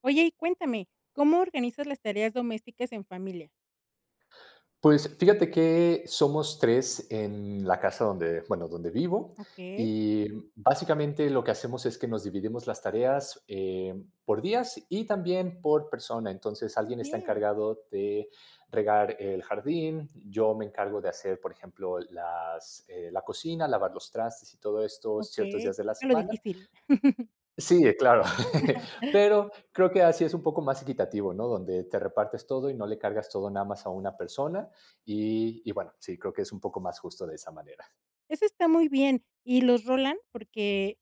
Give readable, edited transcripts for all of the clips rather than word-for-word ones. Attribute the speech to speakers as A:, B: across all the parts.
A: Oye, y cuéntame, ¿cómo organizas las tareas domésticas en familia?
B: Pues fíjate que somos 3 en la casa donde, bueno, donde vivo
A: Okey,
B: y básicamente lo que hacemos es que nos dividimos las tareas, por días y también por persona. Entonces, alguien está
A: bien,
B: encargado de regar el jardín, yo me encargo de hacer, por ejemplo, la cocina, lavar los trastes y todo esto ciertos
A: okey,
B: días
A: te
B: de la
A: toca lo
B: semana.
A: difícil.
B: Sí, claro. Pero creo que así es un poco más equitativo, ¿no? Donde te repartes todo y no le cargas todo nada más a una persona. Y bueno, sí, creo que es un poco más justo de esa manera.
A: Eso está muy bien, ¿y los rolan? Porque,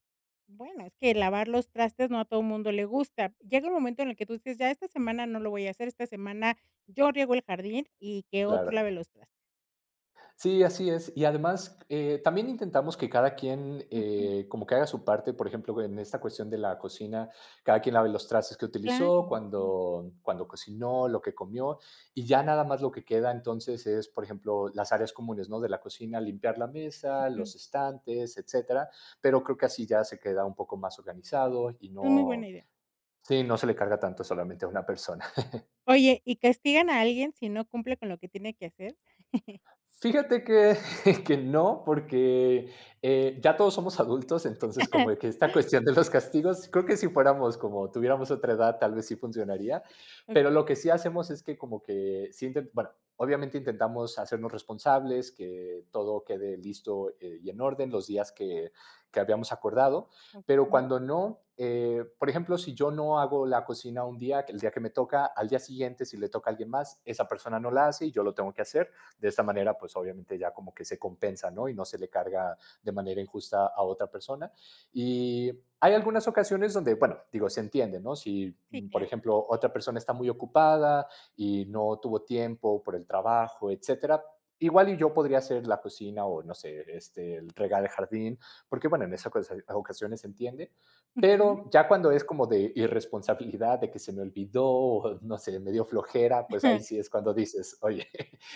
A: bueno, es que lavar los trastes no a todo mundo le gusta. Llega un momento en el que tú dices: "Ya esta semana no lo voy a hacer, esta semana yo riego el jardín y que otro
B: Claro.
A: lave los trastes".
B: Sí, así es. Y además, también intentamos que cada quien
A: Ujú,
B: como que haga su parte, por ejemplo, en esta cuestión de la cocina, cada quien lave los trastes que
A: claro,
B: utilizó,
A: sí,
B: cuando cocinó, lo que comió, y ya nada más lo que queda entonces es, por ejemplo, las áreas comunes, ¿no? De la cocina, limpiar la mesa,
A: ujú,
B: los estantes, etcétera. Pero creo que así ya se queda un poco más organizado y
A: es muy buena
B: no,
A: idea.
B: sí, no se le carga tanto solamente a una persona.
A: Oye, ¿y castigan a alguien si no cumple con lo que tiene que hacer?
B: Fíjate que, que no, porque, ya todos somos adultos, entonces como que esta cuestión de los castigos, creo que si fuéramos como tuviéramos otra edad, tal vez sí funcionaría, pero lo
A: Okey,
B: que sí hacemos es que como que sí inten bueno, obviamente intentamos hacernos responsables, que todo quede listo, y en orden los días que habíamos acordado, pero
A: ujú,
B: cuando no, por ejemplo, si yo no hago la cocina un día, el día que me toca, al día siguiente, si le toca a alguien más, esa persona no la hace y yo lo tengo que hacer. De esta manera, pues obviamente ya como que se compensa, ¿no? Y no se le carga de manera injusta a otra persona. Y hay algunas ocasiones donde, bueno, digo, se entiende, ¿no? Si,
A: sí,
B: por
A: claro,
B: ejemplo, otra persona está muy ocupada y no tuvo tiempo por el trabajo, etcétera, igual y yo podría hacer la cocina o no sé, este, el regar el jardín, porque bueno, en esas cosa- ocasiones se entiende,
A: ujú.
B: pero ya cuando es como de irresponsabilidad, de que se me olvidó, o no sé, me dio flojera, pues ahí sí es cuando dices, oye,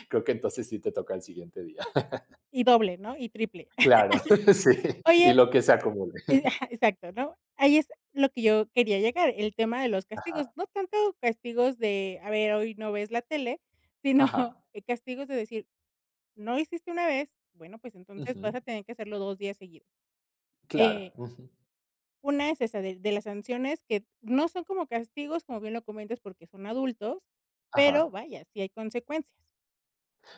B: creo que entonces sí te toca el siguiente día.
A: Y doble, ¿no? Y triple.
B: Claro, sí. Y
A: Oye,
B: lo que se acumule.
A: ajá, exacto, ¿no? Ahí es lo que yo quería llegar, el tema de los castigos,
B: Ajá,
A: no tanto castigos de, a ver, hoy no ves la tele, sino
B: ajá,
A: castigos de decir, no hiciste una vez, bueno, pues entonces vas
B: ujú,
A: a tener que hacerlo 2 días seguidos.
B: claro,
A: Eh,
B: ujú,
A: una es esa de las sanciones que no son como castigos, como bien lo comentas, porque son adultos, pero
B: ajá.
A: vaya, sí hay consecuencias.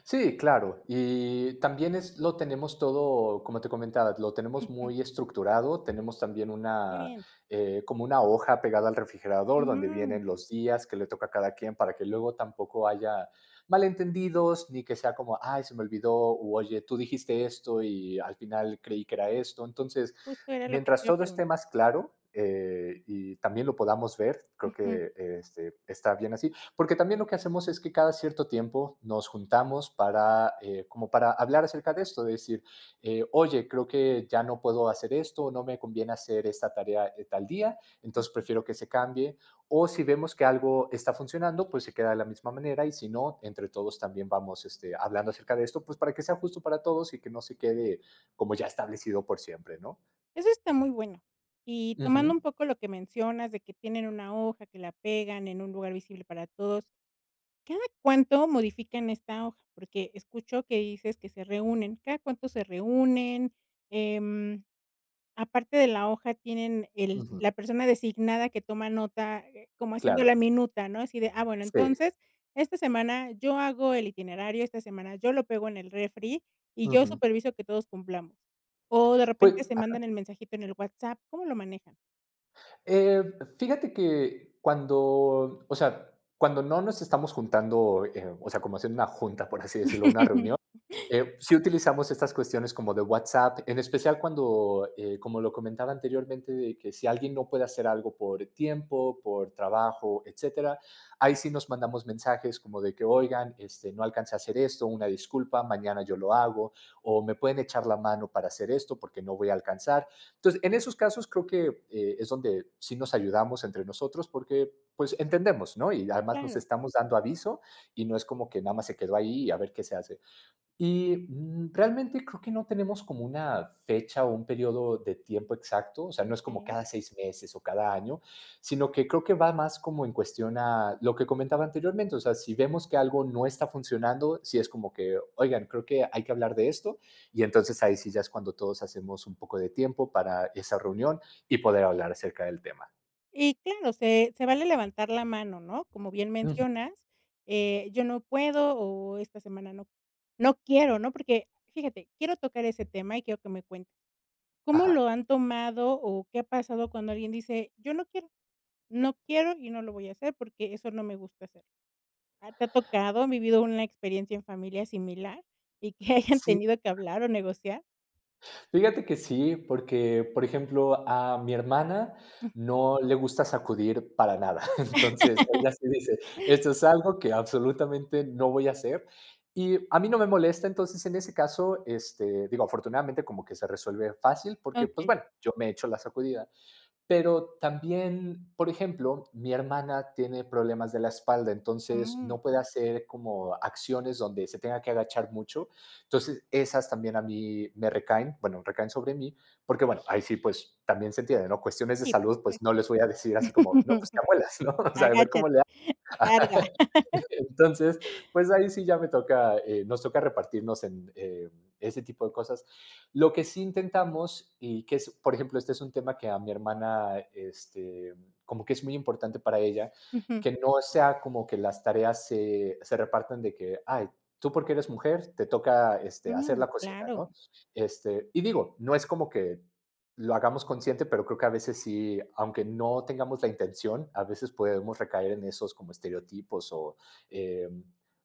B: Sí, claro. Y también es, lo tenemos todo, como te comentaba, lo tenemos
A: Ujú,
B: muy estructurado. Tenemos también
A: qué
B: una,
A: bien.
B: como una hoja pegada al refrigerador donde
A: Mm,
B: vienen los días que le toca a cada quien para que luego tampoco haya malentendidos ni que sea como, ay, se me olvidó, o oye, tú dijiste esto y al final creí que era esto. Entonces,
A: Justo era lo que te
B: mientras
A: iba a
B: todo esté
A: preguntar.
B: más claro y también lo podamos ver, creo
A: Ujú.
B: que este, está bien así. Porque también lo que hacemos es que cada cierto tiempo nos juntamos para, como para hablar acerca de esto, de decir, oye, creo que ya no puedo hacer esto, no me conviene hacer esta tarea tal día, entonces prefiero que se cambie. O si vemos que algo está funcionando, pues se queda de la misma manera y si no, entre todos también vamos este, hablando acerca de esto, pues para que sea justo para todos y que no se quede como ya establecido por siempre, ¿no?
A: Eso está muy bueno. Y tomando
B: Ujú,
A: un poco lo que mencionas de que tienen una hoja, que la pegan en un lugar visible para todos, ¿cada cuánto modifican esta hoja? Porque escucho que dices que se reúnen. ¿Cada cuánto se reúnen? Em, Aparte de la hoja, tienen el
B: ujú,
A: la persona designada que toma nota, como haciendo
B: claro,
A: la minuta, ¿no? Así de, bueno,
B: sí.
A: entonces, esta semana yo hago el itinerario, esta semana yo lo pego en el refri y yo
B: Ujú.
A: superviso que todos cumplamos. O de
B: Pues
A: repente se mandan el mensajito en el WhatsApp, ¿cómo lo manejan?
B: Eh, fíjate que cuando, o sea, cuando no nos estamos juntando, o sea, como haciendo una junta, por así decirlo, una sí utilizamos estas cuestiones como de WhatsApp, en especial cuando, como lo comentaba anteriormente, de que si alguien no puede hacer algo por tiempo, por trabajo, etcétera, ahí sí nos mandamos mensajes como de que, oigan, este, no alcancé a hacer esto, una disculpa, mañana yo lo hago, o me pueden echar la mano para hacer esto porque no voy a alcanzar. Entonces, en esos casos creo que es donde sí nos ayudamos entre nosotros porque pues entendemos, ¿no? Y además nos
A: Claro,
B: estamos dando aviso y no es como que nada más se quedó ahí y a ver qué se hace. Y, realmente creo que no tenemos como una fecha o un periodo de tiempo exacto, o sea, no es como
A: okey.
B: cada 6 meses o cada año, sino que creo que va más como en cuestión a lo que comentaba anteriormente, o sea, si vemos que algo no está funcionando, si es como que, oigan, creo que hay que hablar de esto, y entonces ahí sí ya es cuando todos hacemos un poco de tiempo para esa reunión y poder hablar acerca del tema.
A: Y claro, se vale levantar la mano, ¿no? Como bien
B: Ujú,
A: mencionas, yo no puedo o esta semana no quiero, ¿no? Porque fíjate, quiero tocar ese tema y quiero que me cuentes. ¿Cómo lo
B: ajá.
A: han tomado o qué ha pasado cuando alguien dice: "Yo no quiero, no quiero y no lo voy a hacer porque eso no me gusta hacer"? ¿Ah, te ha tocado, han vivido una experiencia en familia similar y que hayan
B: Sí.
A: tenido que hablar o negociar?
B: Fíjate que sí, porque, por ejemplo, a mi hermana no le gusta sacudir para nada. Entonces, ella sí dice: "Esto es algo que absolutamente no voy a hacer". Y a mí no me molesta, entonces, en ese caso, este, digo, afortunadamente como que se resuelve fácil porque, pues,
A: Okey.
B: bueno, yo me echo la sacudida. Pero también, por ejemplo, mi hermana tiene problemas de la espalda, entonces
A: Mm,
B: no puede hacer como acciones donde se tenga que agachar mucho. Entonces, esas también a mí me recaen, bueno, recaen sobre mí, porque
A: okey.
B: bueno, ahí sí, pues también se entiende, ¿no? Cuestiones de
A: Sí, por
B: salud, pues
A: supuesto.
B: no les voy a decir así como, no, pues te amuelas, ¿no? O sea, a ver
A: Agáchate,
B: cómo le.
A: carga.
B: Entonces, pues ahí sí ya me toca, nos toca repartirnos en ese tipo de cosas. Lo que sí intentamos, y que es, por ejemplo, este es un tema que a mi hermana, este, como que es muy importante para ella,
A: Ujú.
B: que no sea como que las tareas se repartan de que, ay, tú porque eres mujer, te toca este, hacer
A: Mm,
B: la cocina,
A: claro,
B: ¿no? Este, y digo, no es como que lo hagamos consciente, pero creo que a veces sí, aunque no tengamos la intención, a veces podemos recaer en esos como estereotipos o, eh,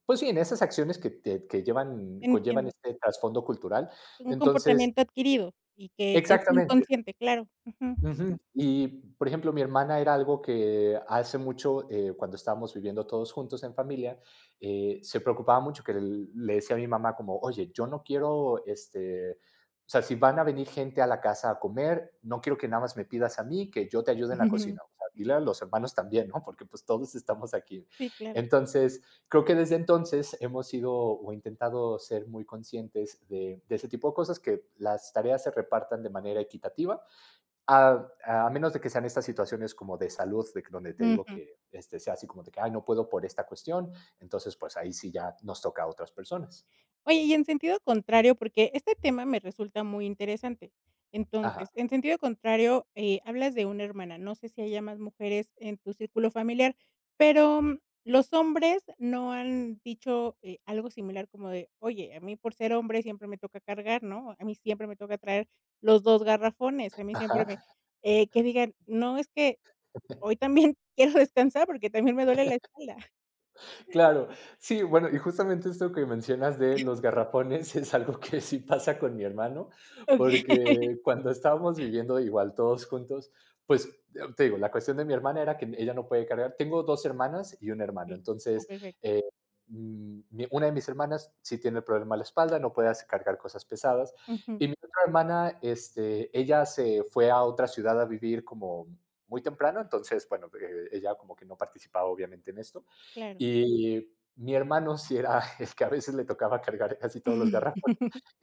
B: pues sí, en esas acciones que, te- que llevan, conllevan
A: entiendo.
B: este trasfondo cultural.
A: Un
B: Entonces,
A: comportamiento adquirido y que es
B: exactamente.
A: inconsciente, claro. Ujú.
B: Ujú. Y, por ejemplo, mi hermana era algo que hace mucho, cuando estábamos viviendo todos juntos en familia, se preocupaba mucho que l- le decía a mi mamá como, oye, yo no quiero, este, o sea, si van a venir gente a la casa a comer, no quiero que nada más me pidas a mí, que yo te ayude en la cocina. O sea, dile a los hermanos también, ¿no? Porque pues todos estamos aquí.
A: Sí, claro.
B: Entonces, creo que desde entonces hemos sido o intentado ser muy conscientes de ese tipo de cosas, que las tareas se repartan de manera equitativa a menos de que sean estas situaciones como de salud, de, donde te digo que este, sea así como de que, ay, no puedo por esta cuestión, entonces pues ahí sí ya nos toca a otras personas.
A: Oye, y en sentido contrario, porque este tema me resulta muy interesante.
B: Ajá,
A: Entonces, en sentido contrario, hablas de una hermana, no sé si haya más mujeres en tu círculo familiar, pero, los hombres no han dicho, algo similar como de: "Oye, a mí por ser hombre siempre me toca cargar, ¿no? A mí siempre me toca traer los 2 garrafones, a mí siempre
B: ajá.
A: me", que digan: "No, es que hoy también quiero descansar porque también me duele la espalda".
B: Claro, sí, bueno, y justamente esto que mencionas de los garrafones es algo que sí pasa con mi hermano,
A: Okey,
B: porque cuando estábamos viviendo igual todos juntos, pues te digo, la cuestión de mi hermana era que ella no puede cargar. Tengo 2 hermanas y un hermano,
A: okey. Ah,
B: entonces
A: perfecto.
B: eh, mi- una de mis hermanas sí tiene el problema de la espalda, no puede hacer- cargar cosas pesadas,
A: Ujú,
B: y mi otra hermana, este, ella se fue a otra ciudad a vivir como muy temprano, entonces, bueno, ella como que no participaba obviamente en esto.
A: claro.
B: Y mi hermano sí era el que a veces le tocaba cargar casi todos los garrafones.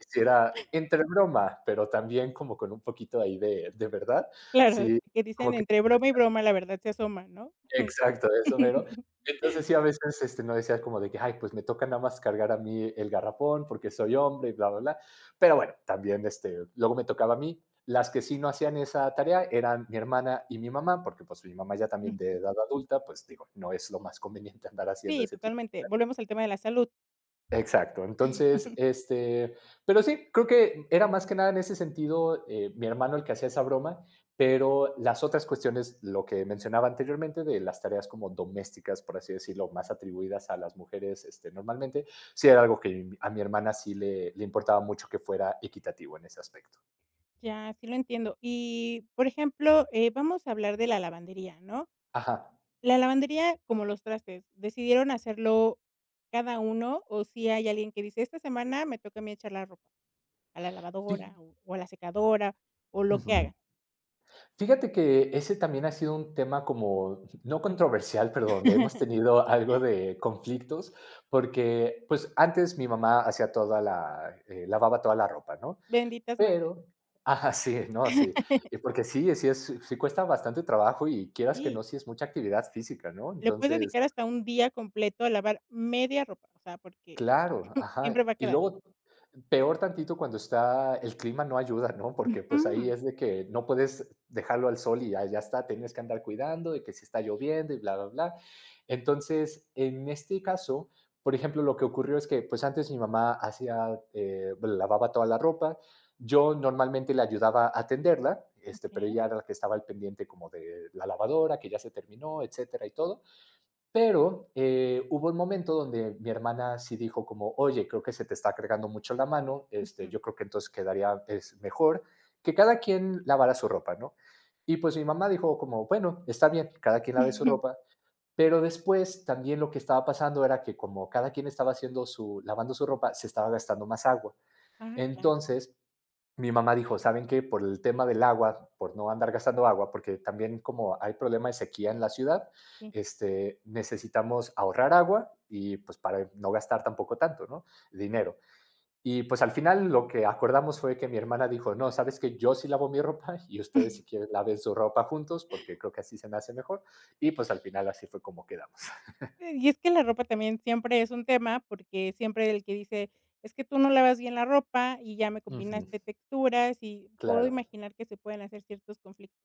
B: Sí era entre broma, pero también como con un poquito ahí de verdad.
A: Claro,
B: Sí,
A: que dicen
B: como que
A: entre broma y broma, la verdad se asoma, ¿no?
B: exacto, eso pero. Entonces, sí, a veces, este, no decía como de que: "Ay, pues me toca nada más cargar a mí el garrafón porque soy hombre y bla-bla-bla". Pero bueno, también, este, luego me tocaba a mí. Las que sí no hacían esa tarea eran mi hermana y mi mamá, porque, pues, mi mamá ya también de edad adulta, pues, digo, no es lo más conveniente andar haciendo
A: Sí,
B: ese tipo.
A: totalmente. Volvemos al tema de la salud.
B: Exacto, entonces, este, pero sí, creo que era más que nada en ese sentido mi hermano el que hacía esa broma, pero las otras cuestiones, lo que mencionaba anteriormente de las tareas como domésticas, por así decirlo, más atribuidas a las mujeres este, normalmente, sí era algo que a mi hermana sí le importaba mucho que fuera equitativo en ese aspecto.
A: Ya, sí lo entiendo. Y, por ejemplo, vamos a hablar de la lavandería, ¿no?
B: Ajá.
A: La lavandería, como los trastes, ¿decidieron hacerlo cada uno o si hay alguien que dice, esta semana me toca a mí echar la ropa a la
B: Sí.
A: lavadora o a la secadora o lo que hagan?
B: Fíjate que ese también ha sido un tema como no controversial, pero donde hemos tenido algo de conflictos, porque, pues, antes mi mamá hacía toda la lavaba toda la ropa, ¿no?
A: Benditas madres.
B: Pero ah, sí, no, sí. Y porque sí, sí es sí cuesta bastante trabajo y quieras que
A: Sí,
B: no, sí es mucha actividad física, ¿no?
A: le puedes
B: Entonces,
A: dedicar hasta un día completo a lavar media ropa, o sea, porque
B: claro,
A: siempre
B: ajá.
A: va a
B: Y
A: quedar.
B: luego, peor tantito cuando está el clima no ayuda, ¿no? Porque pues ahí
A: Ujú,
B: es de que no puedes dejarlo al sol y ya, ya está, tienes que andar cuidando de que si está lloviendo y bla, bla, bla. Entonces, en este caso, por ejemplo, lo que ocurrió es que pues antes mi mamá hacía, bueno, lavaba toda la ropa, yo normalmente le ayudaba a tenderla, este, pero
A: okey.
B: ella era la que estaba al pendiente como de la lavadora, que ya se terminó, etcétera y todo. Pero hubo un momento donde mi hermana sí dijo como, oye, creo que se te está cargando mucho la mano, este,
A: Ujú.
B: yo creo que entonces quedaría es mejor que cada quien lavara su ropa, ¿no? Y pues mi mamá dijo como, bueno, está bien, cada quien lave su ropa, pero después también lo que estaba pasando era que como cada quien estaba haciendo su, lavando su ropa, se estaba gastando más agua.
A: Ah, claro,
B: Entonces, mi mamá dijo, ¿saben qué? Por el tema del agua, por no andar gastando agua, porque también como hay problema de sequía en la ciudad,
A: sí.
B: este, necesitamos ahorrar agua y pues para no gastar tampoco tanto, ¿no? Dinero. Y pues al final lo que acordamos fue que mi hermana dijo, no, sabes que yo sí lavo mi ropa y ustedes si quieren laven su ropa juntos porque creo que así se me hace mejor. Y pues al final así fue como quedamos.
A: Y es que la ropa también siempre es un tema, porque siempre el que dice: "Es que tú no lavas bien la ropa y ya me
B: Ujú,
A: combinaste texturas", y puedo
B: claro.
A: imaginar que se pueden hacer ciertos conflictos.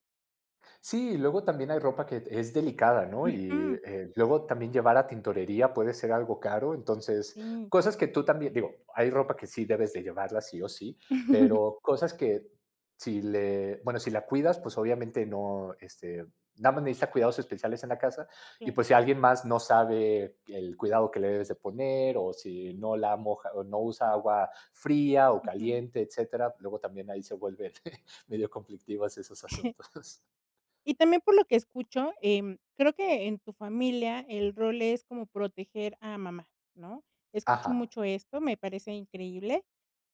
B: Sí, y luego también hay ropa que es delicada, ¿no? Y,
A: Ujú,
B: luego también llevar a tintorería puede ser algo caro, entonces,
A: sí.
B: cosas que tú también digo, hay ropa que sí debes de llevarla sí o sí, pero cosas que si la cuidas, pues, obviamente no, este, nada más necesita cuidados especiales en la casa y,
A: Claro.
B: pues, si alguien más no sabe el cuidado que le debes de poner o si no la moja o no usa agua fría o
A: Ujú.
B: caliente, etcétera, luego también ahí se vuelven medio conflictivos esos asuntos.
A: Y también por lo que escucho, creo que en tu familia el rol es como proteger a mamá, ¿no? Escucho
B: Ajá.
A: mucho esto, me parece increíble.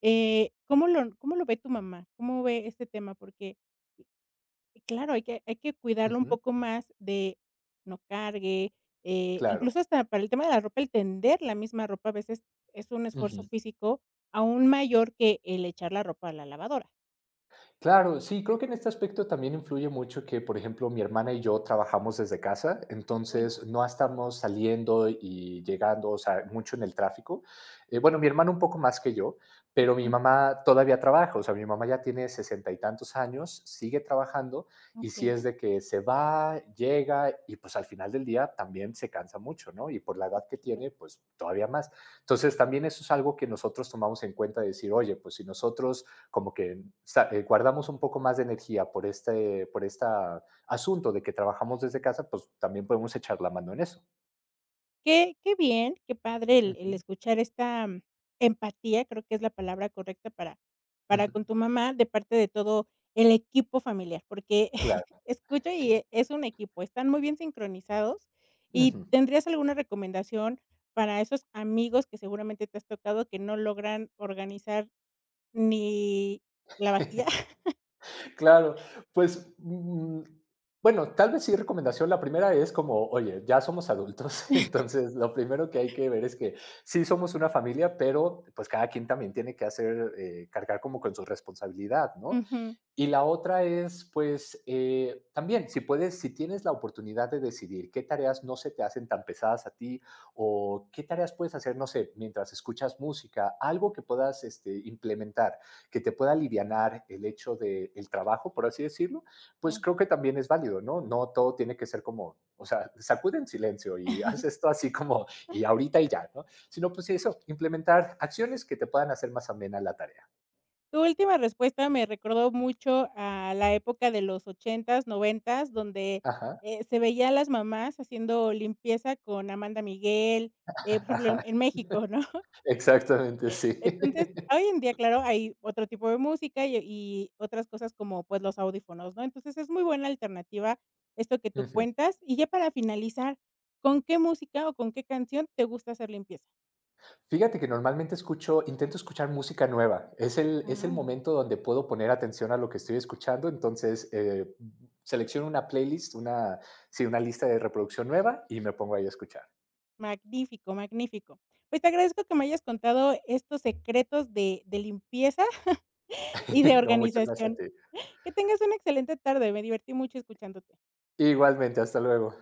A: ¿Cómo lo ve tu mamá? ¿Cómo ve este tema? Porque. Y claro, hay que cuidarlo un
B: Ujú.
A: poco más de no cargue,
B: Claro.
A: incluso hasta para el tema de la ropa, el tender la misma ropa a veces es un esfuerzo
B: Ujú.
A: físico aún mayor que el echar la ropa a la lavadora.
B: Claro, sí, creo que en este aspecto también influye mucho que, por ejemplo, mi hermana y yo trabajamos desde casa,
A: Ah, qué bueno.
B: entonces no estamos saliendo y llegando, o sea, mucho en el tráfico. Bueno, mi hermana un poco más que yo, pero mi
A: Mm.
B: mamá todavía trabaja, o sea, mi mamá ya tiene sesenta y tantos años, sigue trabajando y si es
A: Okey,
B: de que se va, llega y pues al final del día también se cansa mucho, ¿no? Y por la
A: sí,
B: edad
A: por
B: que tiene,
A: supuesto.
B: pues todavía más. Entonces también eso es algo que nosotros tomamos en cuenta de decir, oye, pues si nosotros como que guardamos un poco más de energía por este asunto de que trabajamos desde casa, pues también podemos echar la mano en eso.
A: Qué bien, qué padre el
B: Ujú,
A: escuchar esta empatía, creo que es la palabra correcta para
B: ujú,
A: con tu mamá de parte de todo el equipo familiar, porque
B: claro.
A: escucho y es un equipo, están muy bien sincronizados. ¿Y
B: Ujú.
A: tendrías alguna recomendación para esos amigos que seguramente te has tocado que no logran organizar ni la vajilla?
B: Claro, pues, mm, bueno, tal vez sí recomendación. La primera es como, oye, ya somos adultos, entonces lo primero que hay que ver es que sí somos una familia, pero pues cada quien también tiene que hacer, cargar como con su responsabilidad, ¿no?
A: Ujú,
B: Y la otra es, pues, también, si puedes, si tienes la oportunidad de decidir qué tareas no se te hacen tan pesadas a ti o qué tareas puedes hacer, no sé, mientras escuchas música, algo que puedas este, implementar, que te pueda alivianar el hecho del el trabajo, por así decirlo, pues
A: claro.
B: creo que también es válido, ¿no? No todo tiene que ser como, o sea, sacude en silencio y haz esto así como, y ahorita y ya, ¿no? Sino, pues, eso, implementar acciones que te puedan hacer más amena la tarea.
A: Tu última respuesta me recordó mucho a la época de los ochentas noventas donde,
B: Ajá.
A: se veía a las mamás haciendo limpieza con Amanda Miguel, por ejemplo, en México, ¿no?
B: Exactamente, sí.
A: Entonces, hoy en día, claro, hay otro tipo de música y otras cosas como, pues, los audífonos, ¿no? Entonces, es muy buena alternativa esto que tú
B: Ujú.
A: cuentas. Y ya para finalizar, ¿con qué música o con qué canción te gusta hacer limpieza?
B: Fíjate que normalmente escucho intento escuchar música nueva. Es el
A: Ah.
B: momento donde puedo poner atención a lo que estoy escuchando, entonces, selecciono una playlist, una sí, una lista de reproducción nueva y me pongo ahí a escuchar.
A: Magnífico, magnífico. Pues, te agradezco que me hayas contado estos secretos de limpieza y de
B: No, muchas gracias a
A: organización.
B: ti.
A: Que tengas una excelente tarde, me divertí mucho escuchándote.
B: Igualmente, hasta luego.